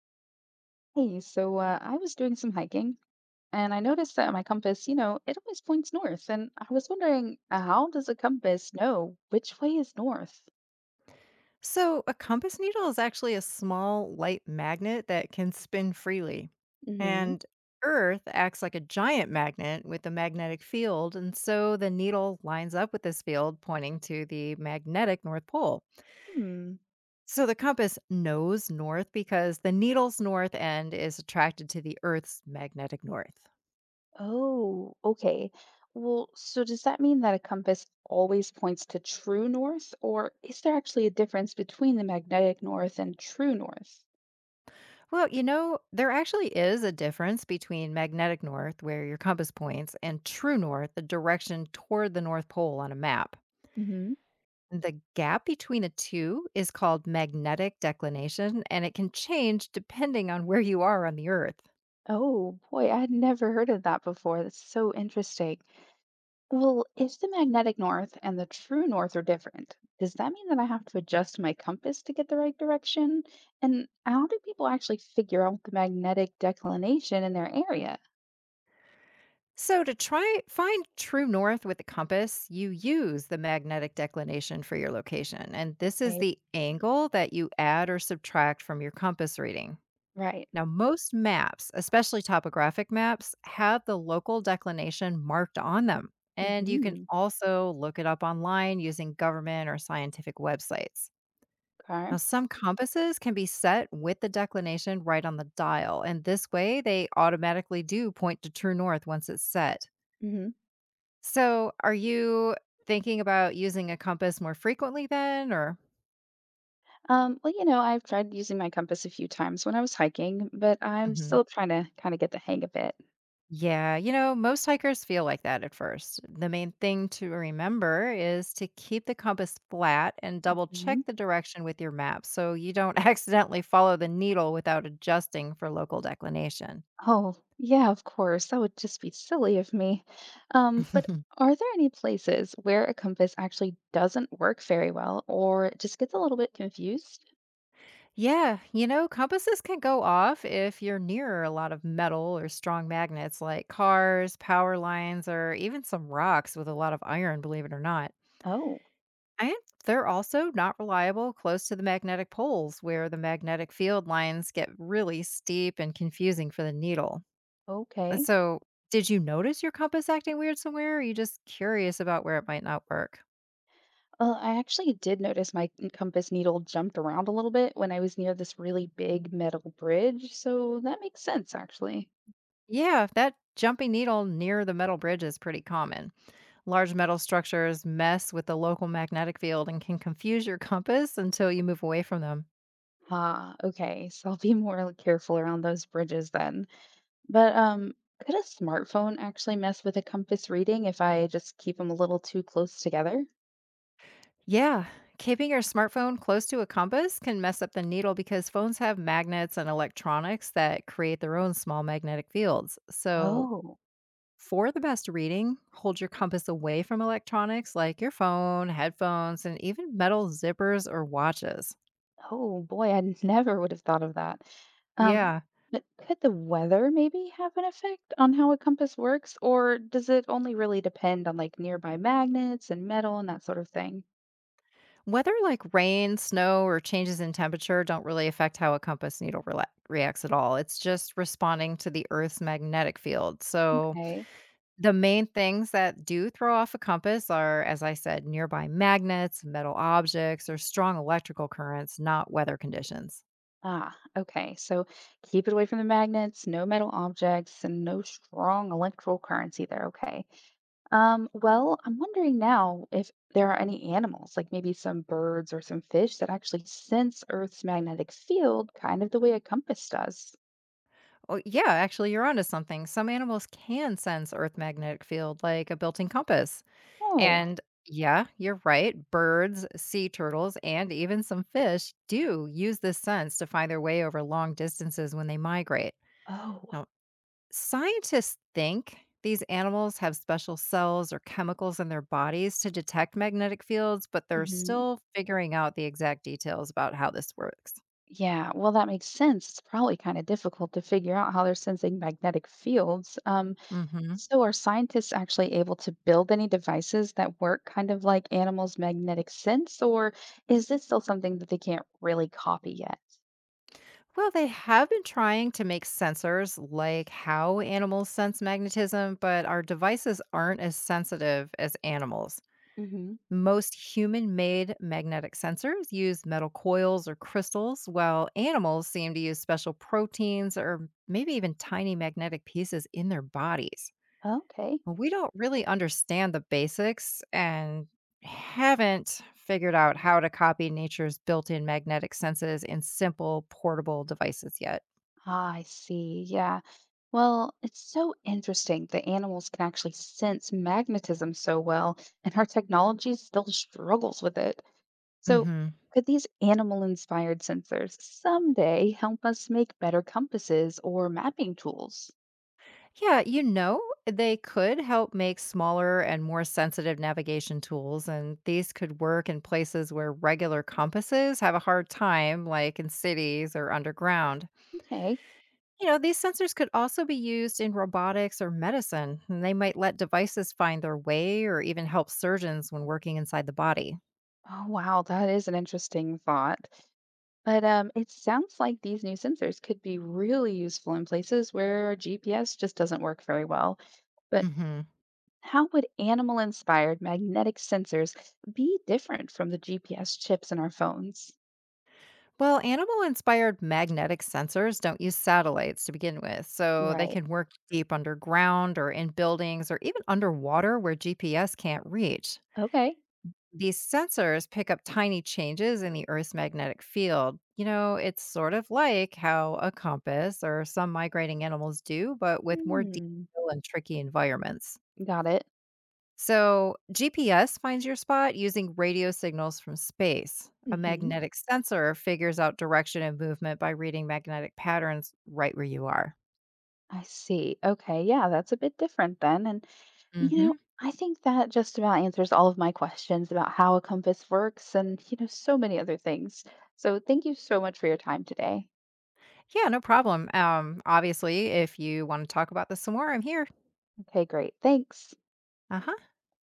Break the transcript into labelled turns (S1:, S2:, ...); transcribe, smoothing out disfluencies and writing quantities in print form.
S1: Hey, I was doing some hiking and I noticed that my compass, you know, it always points north. And I was wondering, how does a compass know which way is north?
S2: So, a compass needle is actually a small, light magnet that can spin freely.
S1: Hmm.
S2: And Earth acts like a giant magnet with a magnetic field, and so the needle lines up with this field, pointing to the magnetic North Pole.
S1: Hmm.
S2: So, the compass knows north because the needle's north end is attracted to the Earth's magnetic north.
S1: Oh, okay. Well, so does that mean that a compass always points to true north, or is there actually a difference between the magnetic north and true north?
S2: Well, there actually is a difference between magnetic north, where your compass points, and true north, the direction toward the North Pole on a map.
S1: Hmm.
S2: The gap between the two is called magnetic declination, and it can change depending on where you are on the Earth.
S1: Oh, boy, I had never heard of that before. That's so interesting. Well, if the magnetic north and the true north are different, does that mean that I have to adjust my compass to get the right direction? And how do people actually figure out the magnetic declination in their area?
S2: So, to try find true north with the compass, you use the magnetic declination for your location, and this is
S1: Okay,
S2: the angle that you add or subtract from your compass reading.
S1: right.
S2: Now, most maps, especially topographic maps, have the local declination marked on them, and you can
S1: Mm-hmm.
S2: also look it up online using government or scientific websites.
S1: Okay.
S2: Now, some compasses can be set with the declination right on the dial, and this way they automatically do point to true north once it's set.
S1: Mm-hmm.
S2: So, are you thinking about using a compass more frequently then, or?
S1: Well, you know, I've tried using my compass a few times when I was hiking, but I'm
S2: Mhm.
S1: still trying to kind of get the hang of it.
S2: Yeah, most hikers feel like that at first. The main thing to remember is to keep the compass flat and double check the direction with your map so you don't accidentally follow the needle without adjusting for local declination.
S1: Oh, yeah, of course. That would just be silly of me. But are there any places where a compass actually doesn't work very well or it just gets a little bit confused?
S2: Yeah, compasses can go off if you're near a lot of metal or strong magnets like cars, power lines, or even some rocks with a lot of iron, believe it or not.
S1: Oh,
S2: And they're also not reliable close to the magnetic poles where the magnetic field lines get really steep and confusing for the needle.
S1: okay.
S2: So, did you notice your compass acting weird somewhere? Or are you just curious about where it might not work?
S1: Well, I actually did notice my compass needle jumped around a little bit when I was near this really big metal bridge, so that makes sense actually.
S2: Yeah, that jumping needle near the metal bridge is pretty common. Large metal structures mess with the local magnetic field and can confuse your compass until you move away from them.
S1: Ah, okay. So I'll be more careful around those bridges then. But could a smartphone actually mess with a compass reading if I just keep them a little too close together?
S2: Yeah, keeping your smartphone close to a compass can mess up the needle because phones have magnets and electronics that create their own small magnetic fields. So,
S1: Oh,
S2: for the best reading, hold your compass away from electronics like your phone, headphones, and even metal zippers or watches.
S1: oh boy, I never would have thought of that. Um,
S2: Yeah,
S1: but could the weather maybe have an effect on how a compass works, or does it only really depend on like nearby magnets and metal and that sort of thing?
S2: whether like rain, snow, or changes in temperature don't really affect how a compass needle rela reacts at all. It's just responding to the Earth's magnetic field. So,
S1: Okay.
S2: the main things that do throw off a compass are, as I said, nearby magnets, metal objects, or strong electrical currents, not weather conditions.
S1: Ah, okay. So keep it away from the magnets, no metal objects, and no strong electrical currents either. Okay. Well, I'm wondering now if there are any animals, like maybe some birds or some fish, that actually sense Earth's magnetic field kind of the way a compass does.
S2: Oh, yeah, actually, you're onto something. Some animals can sense Earth magnetic field like a built in compass.
S1: Oh,
S2: And yeah, you're right. Birds, sea turtles, and even some fish do use this sense to find their way over long distances when they migrate.
S1: oh,
S2: Now, scientists think these animals have special cells or chemicals in their bodies to detect magnetic fields, but they're
S1: hmm,
S2: still figuring out the exact details about how this works.
S1: yeah. Well, that makes sense. It's probably kind of difficult to figure out how they're sensing magnetic fields.
S2: Hmm.
S1: So are scientists actually able to build any devices that work kind of like animals' magnetic sense, or is this still something that they can't really copy yet?
S2: Well, they have been trying to make sensors like how animals sense magnetism, but our devices aren't as sensitive as animals.
S1: Hmm.
S2: Most human made magnetic sensors use metal coils or crystals, while animals seem to use special proteins or maybe even tiny magnetic pieces in their bodies.
S1: Okay.
S2: Well, we don't really understand the basics and haven't figured out how to copy nature's built in magnetic senses in simple portable devices yet.
S1: Ah, I see. Yeah. Well, it's so interesting that animals can actually sense magnetism so well, and our technology still struggles with it. So,
S2: Hmm.
S1: could these animal-inspired sensors someday help us make better compasses or mapping tools?
S2: Yeah, they could help make smaller and more sensitive navigation tools, and these could work in places where regular compasses have a hard time, like in cities or underground.
S1: Okay.
S2: These sensors could also be used in robotics or medicine, and they might let devices find their way or even help surgeons when working inside the body.
S1: Oh, wow, that is an interesting thought. But it sounds like these new sensors could be really useful in places where our GPS just doesn't work very well. But
S2: Hmm.
S1: how would animal inspired magnetic sensors be different from the GPS chips in our phones?
S2: Well, animal inspired magnetic sensors don't use satellites to begin with, so they
S1: Right.
S2: can work deep underground or in buildings or even underwater where GPS can't reach.
S1: Okay.
S2: These sensors pick up tiny changes in the Earth's magnetic field. It's sort of like how a compass or some migrating animals do, but with more
S1: Hmm.
S2: detail and tricky environments.
S1: Got it.
S2: So, GPS finds your spot using radio signals from space. A
S1: Hmm.
S2: magnetic sensor figures out direction and movement by reading magnetic patterns right where you are.
S1: I see. Okay. Yeah, that's a bit different then. And, you know,
S2: Hmm.
S1: I think that just about answers all of my questions about how a compass works and, you know, so many other things. So thank you so much for your time today.
S2: Yeah, no problem. Obviously, if you want to talk about this some more, I'm here.
S1: Okay, great. Thanks.
S2: Uh huh.